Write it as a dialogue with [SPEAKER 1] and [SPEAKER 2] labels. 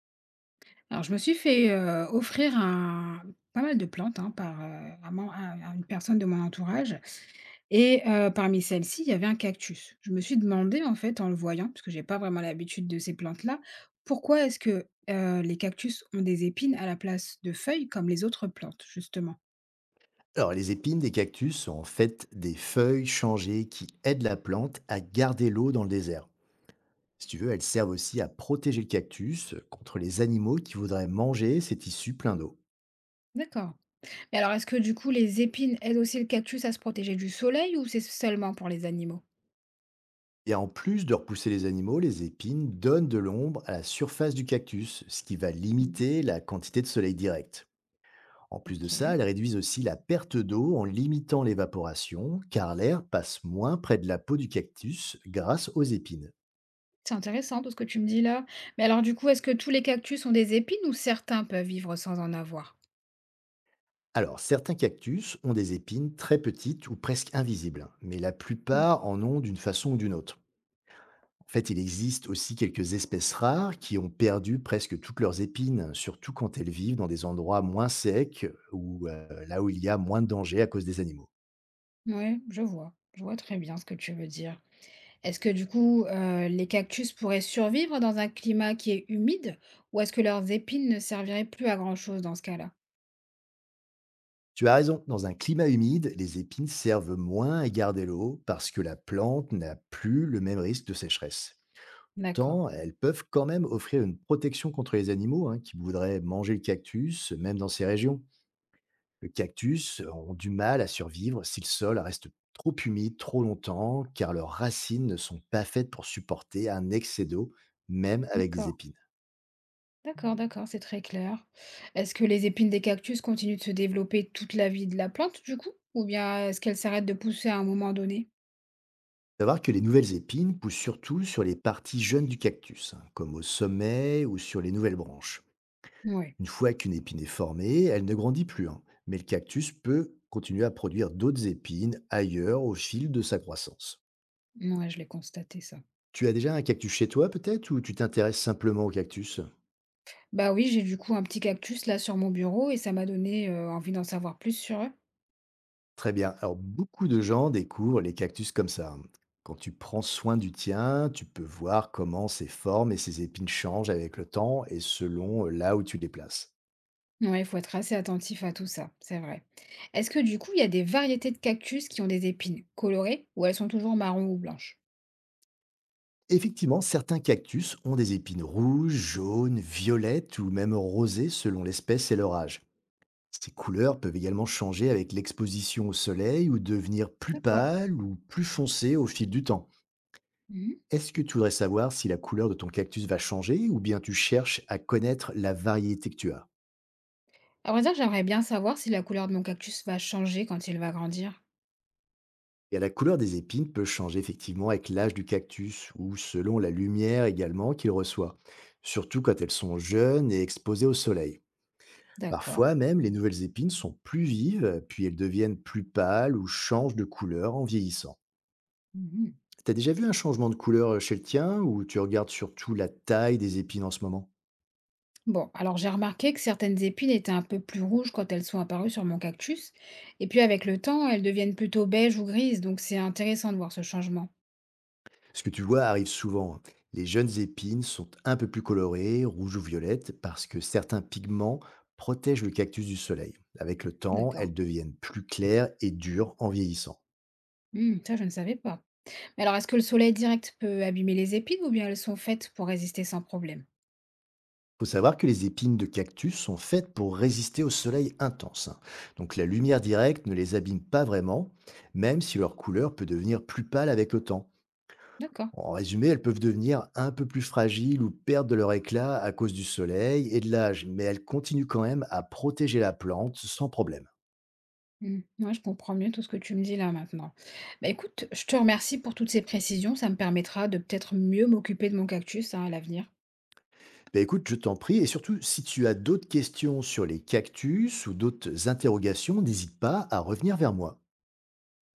[SPEAKER 1] Alors, je me suis fait, offrir un pas mal de plantes, hein, par, un une personne de mon entourage et parmi celles-ci, il y avait un cactus. Je me suis demandé, en fait, en le voyant, parce que j'ai pas vraiment l'habitude de ces plantes-là, pourquoi est-ce que, les cactus ont des épines à la place de feuilles comme les autres plantes, justement?
[SPEAKER 2] Alors, les épines des cactus sont en fait des feuilles changées qui aident la plante à garder l'eau dans le désert. Si tu veux, elles servent aussi à protéger le cactus contre les animaux qui voudraient manger ces tissus pleins d'eau.
[SPEAKER 1] D'accord. Mais alors, est-ce que du coup, les épines aident aussi le cactus à se protéger du soleil ou c'est seulement pour les animaux?
[SPEAKER 2] Et en plus de repousser les animaux, les épines donnent de l'ombre à la surface du cactus, ce qui va
[SPEAKER 1] Mhm.
[SPEAKER 2] limiter la quantité de soleil direct. En plus de ça,
[SPEAKER 1] Ok.
[SPEAKER 2] elles réduisent aussi la perte d'eau en limitant l'évaporation, car l'air passe moins près de la peau du cactus grâce aux épines.
[SPEAKER 1] C'est intéressant tout ce que tu me dis là. Mais alors, du coup, est-ce que tous les cactus ont des épines ou certains peuvent vivre sans en avoir?
[SPEAKER 2] Alors, certains cactus ont des épines très petites ou presque invisibles, mais la
[SPEAKER 1] Ok.
[SPEAKER 2] plupart en ont d'une façon ou d'une autre. En fait, il existe aussi quelques espèces rares qui ont perdu presque toutes leurs épines, surtout quand elles vivent dans des endroits moins secs ou là où il y a moins de danger à cause des animaux.
[SPEAKER 1] Ouais, je vois. Je vois très bien ce que tu veux dire. Est-ce que du coup, les cactus pourraient survivre dans un climat qui est humide ou est-ce que leurs épines ne serviraient plus à grand-chose dans ce cas-là?
[SPEAKER 2] Tu as raison, dans un climat humide, les épines servent moins à garder l'eau parce que la plante n'a plus le même risque de sécheresse.
[SPEAKER 1] D'accord.
[SPEAKER 2] Tant elles peuvent quand même offrir une protection contre les animaux, hein, qui voudraient manger le cactus, même dans ces régions. Le cactus ont du mal à survivre si le sol reste trop humide trop longtemps, car leurs racines ne sont pas faites pour supporter un excès d'eau, même avec des
[SPEAKER 1] D'accord.
[SPEAKER 2] épines.
[SPEAKER 1] D'accord, d'accord, c'est très clair. Est-ce que les épines des cactus continuent de se développer toute la vie de la plante, du coup? Ou bien est-ce qu'elles s'arrêtent de pousser à un moment donné?
[SPEAKER 2] Savoir que les nouvelles épines poussent surtout sur les parties jeunes du cactus, hein, comme au sommet ou sur les nouvelles branches.
[SPEAKER 1] Ouais,
[SPEAKER 2] Une fois qu'une épine est formée, elle ne grandit plus, hein, mais le cactus peut continuer à produire d'autres épines ailleurs au fil de sa croissance.
[SPEAKER 1] ouais, je l'ai constaté ça.
[SPEAKER 2] Tu as déjà un cactus chez toi peut-être, ou tu t'intéresses simplement au cactus?
[SPEAKER 1] Bah oui, j'ai du coup un petit cactus là sur mon bureau et ça m'a donné envie d'en savoir plus sur eux.
[SPEAKER 2] Très bien. Alors, beaucoup de gens découvrent les cactus comme ça, hein. Quand tu prends soin du tien, tu peux voir comment ses formes et ses épines changent avec le temps et selon là où tu les places.
[SPEAKER 1] Ouais, il faut être assez attentif à tout ça, c'est vrai. Est-ce que du coup, il y a des variétés de cactus qui ont des épines colorées ou elles sont toujours marron ou blanches?
[SPEAKER 2] Effectivement, certains cactus ont des épines rouges, jaunes, violettes ou même rosées selon l'espèce et leur âge. Ces couleurs peuvent également changer avec l'exposition au soleil ou devenir plus
[SPEAKER 1] D'accord.
[SPEAKER 2] pâles ou plus foncées au fil du temps.
[SPEAKER 1] Mhm.
[SPEAKER 2] Est-ce que tu voudrais savoir si la couleur de ton cactus va changer, ou bien tu cherches à connaître la variété que tu as?
[SPEAKER 1] À vrai dire, j'aimerais bien savoir si la couleur de mon cactus va changer quand il va grandir.
[SPEAKER 2] Et la couleur des épines peut changer effectivement avec l'âge du cactus ou selon la lumière également qu'il reçoit, surtout quand elles sont jeunes et exposées au soleil.
[SPEAKER 1] D'accord.
[SPEAKER 2] Parfois même, les nouvelles épines sont plus vives, puis elles deviennent plus pâles ou changent de couleur en vieillissant.
[SPEAKER 1] Mhm.
[SPEAKER 2] T'as déjà vu un changement de couleur chez le tien, ou tu regardes surtout la taille des épines en ce moment?
[SPEAKER 1] Bon, alors j'ai remarqué que certaines épines étaient un peu plus rouges quand elles sont apparues sur mon cactus, et puis avec le temps, elles deviennent plutôt beiges ou grises, donc c'est intéressant de voir ce changement.
[SPEAKER 2] Ce que tu vois arrive souvent, hein. Les jeunes épines sont un peu plus colorées, rouges ou violettes, parce que certains pigments protègent le cactus du soleil. Avec le temps, elles
[SPEAKER 1] D'accord.
[SPEAKER 2] deviennent plus claires et dures en vieillissant.
[SPEAKER 1] Hmm, ça, je ne savais pas. Mais alors, est-ce que le soleil direct peut abîmer les épines ou bien elles sont faites pour résister sans problème?
[SPEAKER 2] Il faut savoir que les épines de cactus sont faites pour résister au soleil intense, hein. Donc la lumière directe ne les abîme pas vraiment, même si leur couleur peut devenir plus pâle avec le temps.
[SPEAKER 1] D'accord.
[SPEAKER 2] En résumé, elles peuvent devenir un peu plus fragiles ou perdre de leur éclat à cause du soleil et de l'âge, mais elles continuent quand même à protéger la plante sans problème.
[SPEAKER 1] Hmm, ouais, je comprends mieux tout ce que tu me dis là maintenant. Bah écoute, je te remercie pour toutes ces précisions, ça me permettra de peut-être mieux m'occuper de mon cactus hein, à l'avenir.
[SPEAKER 2] Ben écoute, je t'en prie, et surtout, si tu as d'autres questions sur les cactus ou d'autres interrogations, n'hésite pas à revenir vers moi.